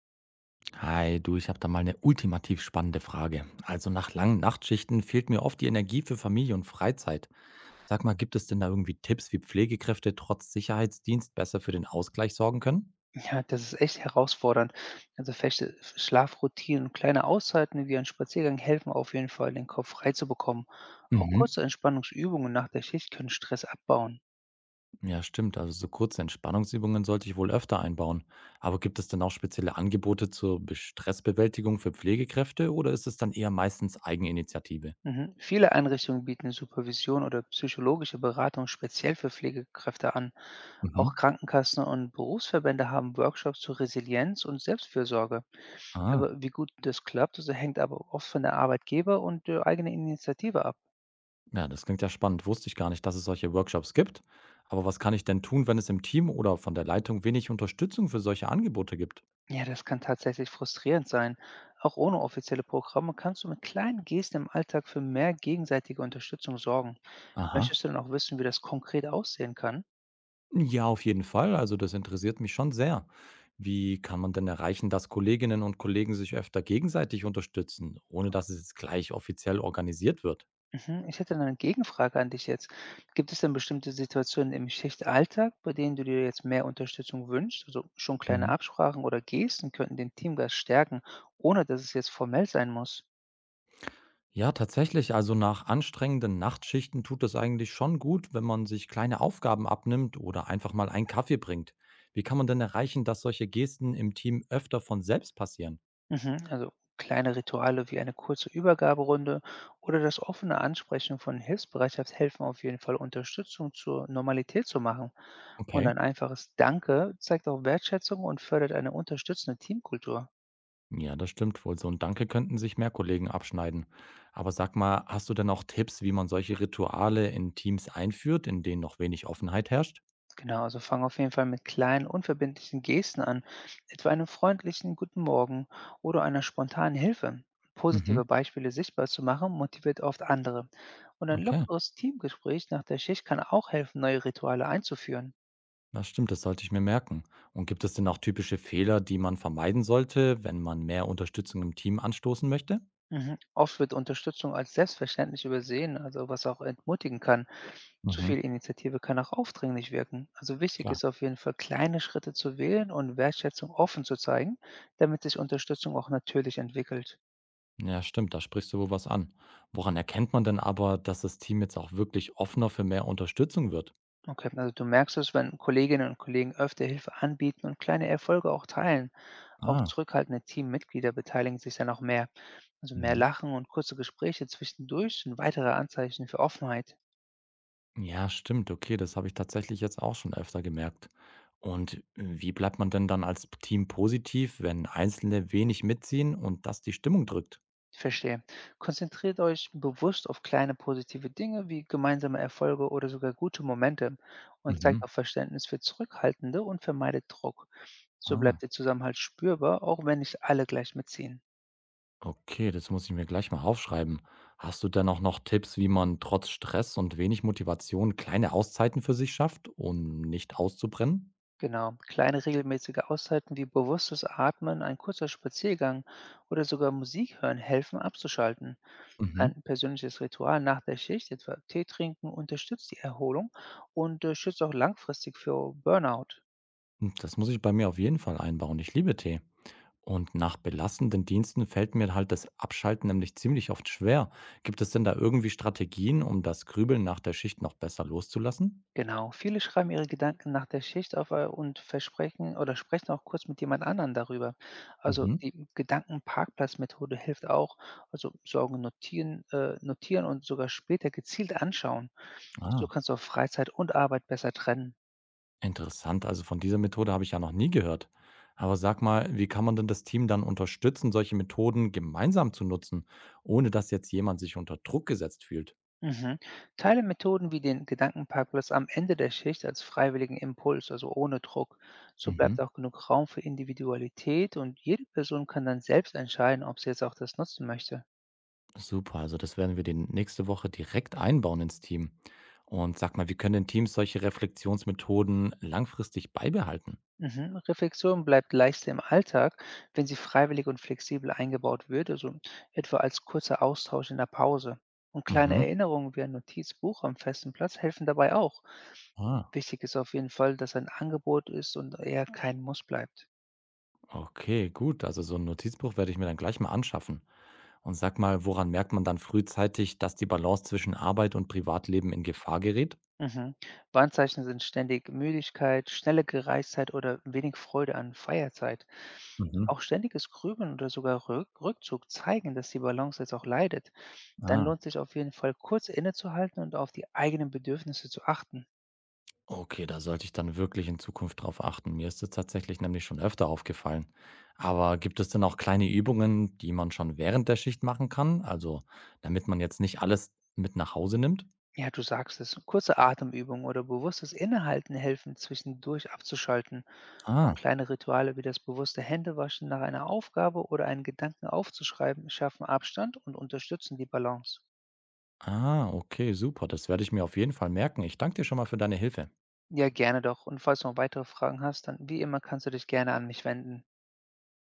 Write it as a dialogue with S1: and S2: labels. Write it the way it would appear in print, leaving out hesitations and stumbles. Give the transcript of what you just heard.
S1: Hi, du, ich habe da mal eine ultimativ spannende Frage. Also nach langen Nachtschichten fehlt mir oft die Energie für Familie und Freizeit. Sag mal, gibt es denn da irgendwie Tipps, wie Pflegekräfte trotz Sicherheitsdienst besser für den Ausgleich sorgen können?
S2: Ja, das ist echt herausfordernd. Also feste Schlafroutinen und kleine Auszeiten wie ein Spaziergang helfen auf jeden Fall, den Kopf frei zu bekommen. Auch
S1: Mhm.
S2: kurze Entspannungsübungen nach der Schicht können Stress abbauen.
S1: Ja, stimmt. Also so kurze Entspannungsübungen sollte ich wohl öfter einbauen. Aber gibt es denn auch spezielle Angebote zur Stressbewältigung für Pflegekräfte oder ist es dann eher meistens Eigeninitiative?
S2: Mhm. Viele Einrichtungen bieten Supervision oder psychologische Beratung speziell für Pflegekräfte an.
S1: Mhm.
S2: Auch Krankenkassen und Berufsverbände haben Workshops zur Resilienz und Selbstfürsorge.
S1: Ah.
S2: Aber wie gut das klappt, das hängt aber oft von der Arbeitgeber und der eigenen Initiative ab.
S1: Ja, das klingt ja spannend. Wusste ich gar nicht, dass es solche Workshops gibt. Aber was kann ich denn tun, wenn es im Team oder von der Leitung wenig Unterstützung für solche Angebote gibt?
S2: Ja, das kann tatsächlich frustrierend sein. Auch ohne offizielle Programme kannst du mit kleinen Gesten im Alltag für mehr gegenseitige Unterstützung sorgen.
S1: Aha.
S2: Möchtest du denn auch wissen, wie das konkret aussehen kann?
S1: Ja, auf jeden Fall. Also das interessiert mich schon sehr. Wie kann man denn erreichen, dass Kolleginnen und Kollegen sich öfter gegenseitig unterstützen, ohne dass es jetzt gleich offiziell organisiert wird?
S2: Mhm. Ich hätte dann eine Gegenfrage an dich jetzt. Gibt es denn bestimmte Situationen im Schichtalltag, bei denen du dir jetzt mehr Unterstützung wünschst? Also schon kleine
S1: Mhm.
S2: Absprachen oder Gesten könnten den Teamgeist stärken, ohne dass es jetzt formell sein muss.
S1: Ja, tatsächlich. Also nach anstrengenden Nachtschichten tut es eigentlich schon gut, wenn man sich kleine Aufgaben abnimmt oder einfach mal einen Kaffee bringt. Wie kann man denn erreichen, dass solche Gesten im Team öfter von selbst passieren?
S2: Mhm, also kleine Rituale wie eine kurze Übergaberunde oder das offene Ansprechen von Hilfsbereitschaft helfen auf jeden Fall, Unterstützung zur Normalität zu machen. Und
S1: Okay.
S2: ein einfaches Danke zeigt auch Wertschätzung und fördert eine unterstützende Teamkultur.
S1: Ja, das stimmt wohl. So ein Danke könnten sich mehr Kollegen abschneiden. Aber sag mal, hast du denn auch Tipps, wie man solche Rituale in Teams einführt, in denen noch wenig Offenheit herrscht?
S2: Genau, also fang auf jeden Fall mit kleinen, unverbindlichen Gesten an, etwa einem freundlichen Guten Morgen oder einer spontanen Hilfe. Positive
S1: Mhm.
S2: Beispiele sichtbar zu machen, motiviert oft andere. Und ein
S1: Okay,
S2: lockeres Teamgespräch nach der Schicht kann auch helfen, neue Rituale einzuführen.
S1: das stimmt, das sollte ich mir merken. Und gibt es denn auch typische Fehler, die man vermeiden sollte, wenn man mehr Unterstützung im Team anstoßen möchte?
S2: Mhm. Oft wird Unterstützung als selbstverständlich übersehen, also was auch entmutigen kann. Zu
S1: Mhm,
S2: viel Initiative kann auch aufdringlich wirken. Also wichtig
S1: klar.
S2: ist auf jeden Fall, kleine Schritte zu wählen und Wertschätzung offen zu zeigen, damit sich Unterstützung auch natürlich entwickelt.
S1: Ja, stimmt, da sprichst du wohl was an. Woran erkennt man denn aber, dass das Team jetzt auch wirklich offener für mehr Unterstützung wird?
S2: Okay, also du merkst es, wenn Kolleginnen und Kollegen öfter Hilfe anbieten und kleine Erfolge auch teilen. Auch
S1: Ah,
S2: zurückhaltende Teammitglieder beteiligen sich dann auch mehr. Also mehr
S1: mhm.
S2: Lachen und kurze Gespräche zwischendurch sind weitere Anzeichen für Offenheit.
S1: Ja, stimmt, okay, das habe ich tatsächlich jetzt auch schon öfter gemerkt. Und wie bleibt man denn dann als Team positiv, wenn Einzelne wenig mitziehen und das die Stimmung drückt?
S2: Verstehe. Konzentriert euch bewusst auf kleine positive Dinge wie gemeinsame Erfolge oder sogar gute Momente und zeigt
S1: Mhm.
S2: auch Verständnis für Zurückhaltende und vermeidet Druck. So bleibt
S1: Ah.
S2: der Zusammenhalt spürbar, auch wenn nicht alle gleich mitziehen.
S1: Okay, das muss ich mir gleich mal aufschreiben. Hast du denn auch noch Tipps, wie man trotz Stress und wenig Motivation kleine Auszeiten für sich schafft, um nicht auszubrennen?
S2: Genau. Kleine regelmäßige Auszeiten wie bewusstes Atmen, ein kurzer Spaziergang oder sogar Musik hören helfen abzuschalten.
S1: Mhm.
S2: Ein persönliches Ritual nach der Schicht, etwa Tee trinken, unterstützt die Erholung und schützt auch langfristig für Burnout.
S1: Hm, das muss ich bei mir auf jeden Fall einbauen. Ich liebe Tee. Und nach belastenden Diensten fällt mir halt das Abschalten nämlich ziemlich oft schwer. Gibt es denn da irgendwie Strategien, um das Grübeln nach der Schicht noch besser loszulassen?
S2: Genau. Viele schreiben ihre Gedanken nach der Schicht auf, und versprechen oder sprechen auch kurz mit jemand anderen darüber. Also,
S1: Mhm.
S2: die Gedankenparkplatzmethode hilft auch, also, Sorgen notieren notieren und sogar später gezielt anschauen. So
S1: Ah,
S2: kannst du auch Freizeit und Arbeit besser trennen.
S1: interessant. Also von dieser Methode habe ich ja noch nie gehört. Aber sag mal, wie kann man denn das Team dann unterstützen, solche Methoden gemeinsam zu nutzen, ohne dass jetzt jemand sich unter Druck gesetzt fühlt?
S2: Mhm. Teile Methoden wie den Gedankenparkplatz am Ende der Schicht als freiwilligen Impuls, also ohne Druck. So
S1: Mhm.
S2: bleibt auch genug Raum für Individualität und jede Person kann dann selbst entscheiden, ob sie jetzt auch das nutzen möchte.
S1: Super, also das werden wir den nächste Woche direkt einbauen ins Team. Und sag mal, wie können denn Teams solche Reflexionsmethoden langfristig beibehalten?
S2: Mhm. Reflexion bleibt leichter im Alltag, wenn sie freiwillig und flexibel eingebaut wird, also etwa als kurzer Austausch in der Pause. Und kleine
S1: Mhm.
S2: Erinnerungen wie ein Notizbuch am festen Platz helfen dabei auch.
S1: Ah,
S2: Wichtig ist auf jeden Fall, dass ein Angebot ist und eher kein Muss bleibt.
S1: okay, gut. Also so ein Notizbuch werde ich mir dann gleich mal anschaffen. Und sag mal, woran merkt man dann frühzeitig, dass die Balance zwischen Arbeit und Privatleben in Gefahr gerät?
S2: Mhm. Warnzeichen sind ständig Müdigkeit, schnelle Gereiztheit oder wenig Freude an Feierzeit.
S1: Mhm.
S2: Auch ständiges Grübeln oder sogar Rückzug zeigen, dass die Balance jetzt auch leidet. Dann
S1: Ah.
S2: lohnt sich auf jeden Fall kurz innezuhalten und auf die eigenen Bedürfnisse zu achten.
S1: Okay, da sollte ich dann wirklich in Zukunft drauf achten. Mir ist es tatsächlich nämlich schon öfter aufgefallen. Aber gibt es denn auch kleine Übungen, die man schon während der Schicht machen kann? Also, damit man jetzt nicht alles mit nach Hause nimmt?
S2: Ja, du sagst es. Kurze Atemübungen oder bewusstes Innehalten helfen, zwischendurch abzuschalten. Auch
S1: Ah,
S2: kleine Rituale wie das bewusste Händewaschen nach einer Aufgabe oder einen Gedanken aufzuschreiben schaffen Abstand und unterstützen die Balance.
S1: ah, okay, super. Das werde ich mir auf jeden Fall merken. Ich danke dir schon mal für deine Hilfe.
S2: Ja, gerne doch. Und falls du noch weitere Fragen hast, dann wie immer kannst du dich gerne an mich wenden.